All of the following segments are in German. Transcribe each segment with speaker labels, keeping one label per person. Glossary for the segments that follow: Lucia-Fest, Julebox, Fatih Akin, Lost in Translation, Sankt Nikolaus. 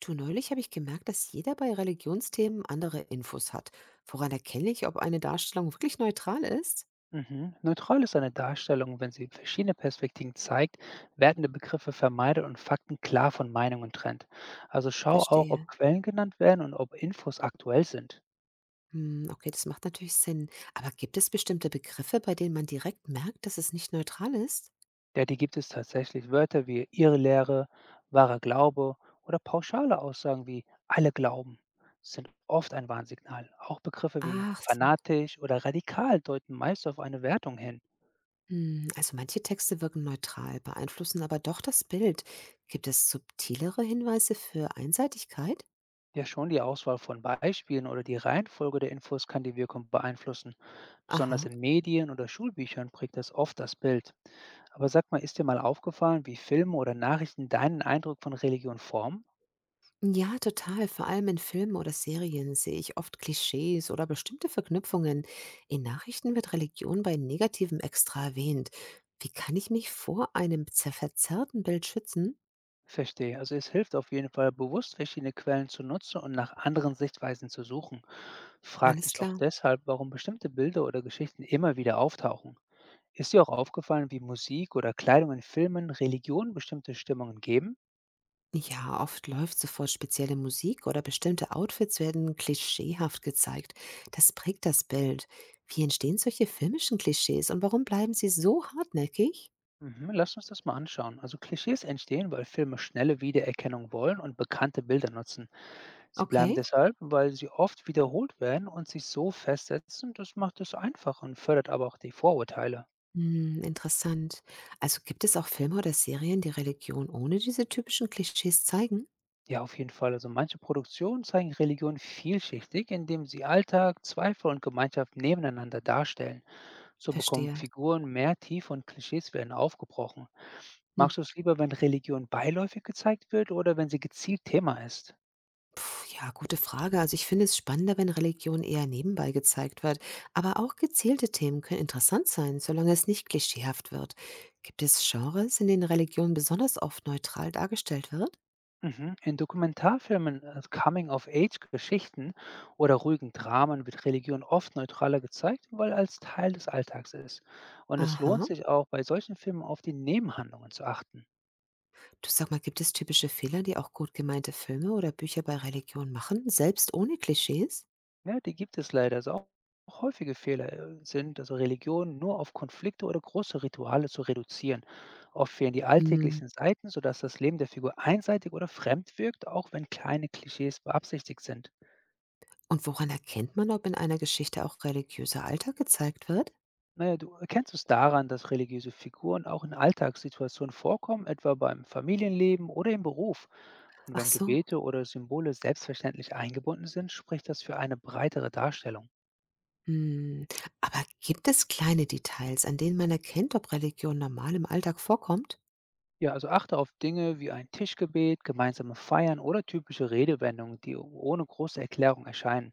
Speaker 1: Du, neulich habe ich gemerkt, dass jeder bei Religionsthemen andere Infos hat. Woran erkenne ich, ob eine Darstellung wirklich neutral ist?
Speaker 2: Mhm. Neutral ist eine Darstellung, wenn sie verschiedene Perspektiven zeigt, wertende Begriffe vermeidet und Fakten klar von Meinungen trennt. Also schau auch, ob
Speaker 1: Verstehe.
Speaker 2: Quellen genannt werden und ob Infos aktuell sind.
Speaker 1: Hm, okay, das macht natürlich Sinn. Aber gibt es bestimmte Begriffe, bei denen man direkt merkt, dass es nicht neutral ist?
Speaker 2: Ja, die gibt es tatsächlich, Wörter wie ihre Lehre, wahrer Glaube oder pauschale Aussagen wie alle glauben sind oft ein Warnsignal. Auch Begriffe wie
Speaker 1: Ach so.
Speaker 2: fanatisch oder radikal deuten meist auf eine Wertung hin.
Speaker 1: Hm, also manche Texte wirken neutral, beeinflussen aber doch das Bild. Gibt es subtilere Hinweise für Einseitigkeit?
Speaker 2: Ja, schon die Auswahl von Beispielen oder die Reihenfolge der Infos kann die Wirkung beeinflussen. Besonders
Speaker 1: Aha.
Speaker 2: in Medien oder Schulbüchern prägt das oft das Bild. Aber sag mal, ist dir mal aufgefallen, wie Filme oder Nachrichten deinen Eindruck von Religion formen?
Speaker 1: Ja, total. Vor allem in Filmen oder Serien sehe ich oft Klischees oder bestimmte Verknüpfungen. In Nachrichten wird Religion bei Negativem extra erwähnt. Wie kann ich mich vor einem verzerrten Bild schützen?
Speaker 2: Verstehe. Also es hilft auf jeden Fall, bewusst verschiedene Quellen zu nutzen und nach anderen Sichtweisen zu suchen. Frag
Speaker 1: Alles
Speaker 2: dich auch
Speaker 1: klar.
Speaker 2: deshalb, warum bestimmte Bilder oder Geschichten immer wieder auftauchen. Ist dir auch aufgefallen, wie Musik oder Kleidung in Filmen Religion bestimmte Stimmungen geben?
Speaker 1: Ja, oft läuft sofort spezielle Musik oder bestimmte Outfits werden klischeehaft gezeigt. Das prägt das Bild. Wie entstehen solche filmischen Klischees und warum bleiben sie so hartnäckig?
Speaker 2: Mhm, lass uns das mal anschauen. Also Klischees entstehen, weil Filme schnelle Wiedererkennung wollen und bekannte Bilder nutzen. Sie bleiben
Speaker 1: Okay.
Speaker 2: deshalb, weil sie oft wiederholt werden und sich so festsetzen, das macht es einfach und fördert aber auch die Vorurteile.
Speaker 1: Hm, interessant. Also gibt es auch Filme oder Serien, die Religion ohne diese typischen Klischees zeigen?
Speaker 2: Ja, auf jeden Fall. Also manche Produktionen zeigen Religion vielschichtig, indem sie Alltag, Zweifel und Gemeinschaft nebeneinander darstellen. So bekommen
Speaker 1: Verstehe.
Speaker 2: Figuren mehr Tiefe und Klischees werden aufgebrochen.
Speaker 1: Hm.
Speaker 2: Magst du es lieber, wenn Religion beiläufig gezeigt wird oder wenn sie gezielt Thema ist?
Speaker 1: Puh, ja, gute Frage. Also ich finde es spannender, wenn Religion eher nebenbei gezeigt wird. Aber auch gezielte Themen können interessant sein, solange es nicht klischeehaft wird. Gibt es Genres, in denen Religion besonders oft neutral dargestellt wird?
Speaker 2: Mhm. In Dokumentarfilmen, Coming-of-Age-Geschichten oder ruhigen Dramen wird Religion oft neutraler gezeigt, weil als Teil des Alltags ist. Und es lohnt
Speaker 1: Aha.
Speaker 2: sich auch, bei solchen Filmen auf die Nebenhandlungen zu achten.
Speaker 1: Du, sag mal, gibt es typische Fehler, die auch gut gemeinte Filme oder Bücher bei Religion machen, selbst ohne Klischees?
Speaker 2: Ja, die gibt es leider. Also auch häufige Fehler sind, also Religion nur auf Konflikte oder große Rituale zu reduzieren. Oft fehlen die
Speaker 1: Hm.
Speaker 2: alltäglichen Seiten, sodass das Leben der Figur einseitig oder fremd wirkt, auch wenn kleine Klischees beabsichtigt sind.
Speaker 1: Und woran erkennt man, ob in einer Geschichte auch religiöser Alltag gezeigt wird?
Speaker 2: Naja, du erkennst es daran, dass religiöse Figuren auch in Alltagssituationen vorkommen, etwa beim Familienleben oder im Beruf. Und
Speaker 1: Ach
Speaker 2: wenn
Speaker 1: so.
Speaker 2: Gebete oder Symbole selbstverständlich eingebunden sind, spricht das für eine breitere Darstellung.
Speaker 1: Hm. Aber gibt es kleine Details, an denen man erkennt, ob Religion normal im Alltag vorkommt?
Speaker 2: Ja, also achte auf Dinge wie ein Tischgebet, gemeinsame Feiern oder typische Redewendungen, die ohne große Erklärung erscheinen.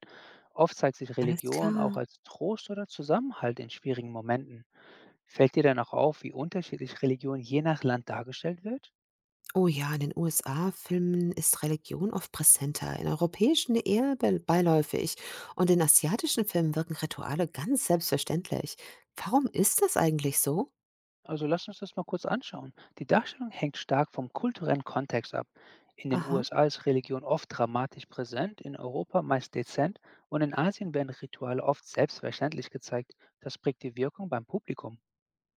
Speaker 2: Oft zeigt sich
Speaker 1: Alles
Speaker 2: Religion auch
Speaker 1: klar.
Speaker 2: als Trost oder Zusammenhalt in schwierigen Momenten. Fällt dir dann auch auf, wie unterschiedlich Religion je nach Land dargestellt wird?
Speaker 1: Oh ja, in den USA-Filmen ist Religion oft präsenter, in europäischen eher beiläufig, und in asiatischen Filmen wirken Rituale ganz selbstverständlich. Warum ist das eigentlich so?
Speaker 2: Also lass uns das mal kurz anschauen. Die Darstellung hängt stark vom kulturellen Kontext ab. In den
Speaker 1: Aha.
Speaker 2: USA ist Religion oft dramatisch präsent, in Europa meist dezent und in Asien werden Rituale oft selbstverständlich gezeigt. Das prägt die Wirkung beim Publikum.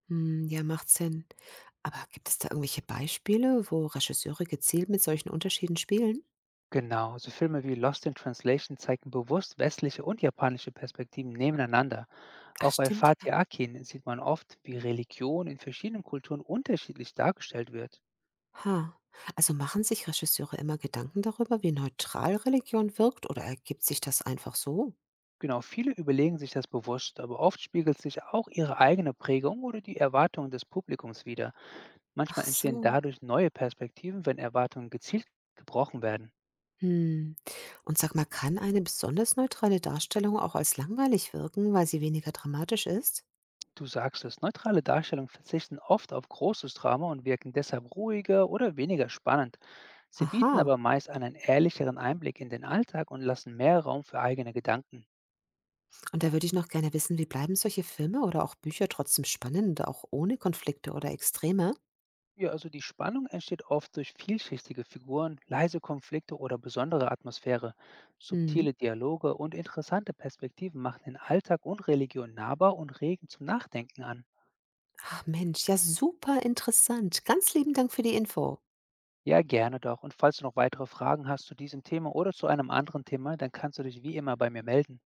Speaker 1: Hm, ja, macht Sinn. Aber gibt es da irgendwelche Beispiele, wo Regisseure gezielt mit solchen Unterschieden spielen?
Speaker 2: Genau, so Filme wie Lost in Translation zeigen bewusst westliche und japanische Perspektiven nebeneinander.
Speaker 1: Ach,
Speaker 2: Auch bei
Speaker 1: stimmt ja.
Speaker 2: Fatih Akin sieht man oft, wie Religion in verschiedenen Kulturen unterschiedlich dargestellt wird.
Speaker 1: Ha. Also machen sich Regisseure immer Gedanken darüber, wie neutral Religion wirkt, oder ergibt sich das einfach so?
Speaker 2: Genau, viele überlegen sich das bewusst, aber oft spiegelt sich auch ihre eigene Prägung oder die Erwartungen des Publikums wider.
Speaker 1: Ach
Speaker 2: Manchmal entstehen
Speaker 1: so.
Speaker 2: dadurch neue Perspektiven, wenn Erwartungen gezielt gebrochen werden.
Speaker 1: Hm. Und sag mal, kann eine besonders neutrale Darstellung auch als langweilig wirken, weil sie weniger dramatisch ist?
Speaker 2: Du sagst es, neutrale Darstellungen verzichten oft auf großes Drama und wirken deshalb ruhiger oder weniger spannend. Sie bieten aber
Speaker 1: Aha.
Speaker 2: meist einen ehrlicheren Einblick in den Alltag und lassen mehr Raum für eigene Gedanken.
Speaker 1: Und da würde ich noch gerne wissen, wie bleiben solche Filme oder auch Bücher trotzdem spannend, auch ohne Konflikte oder Extreme?
Speaker 2: Ja, also die Spannung entsteht oft durch vielschichtige Figuren, leise Konflikte oder besondere Atmosphäre.
Speaker 1: Hm.
Speaker 2: Subtile Dialoge und interessante Perspektiven machen den Alltag und Religion nahbar und regen zum Nachdenken an.
Speaker 1: Ach Mensch, ja, super interessant. Ganz lieben Dank für die Info.
Speaker 2: Ja, gerne doch. Und falls du noch weitere Fragen hast zu diesem Thema oder zu einem anderen Thema, dann kannst du dich wie immer bei mir melden.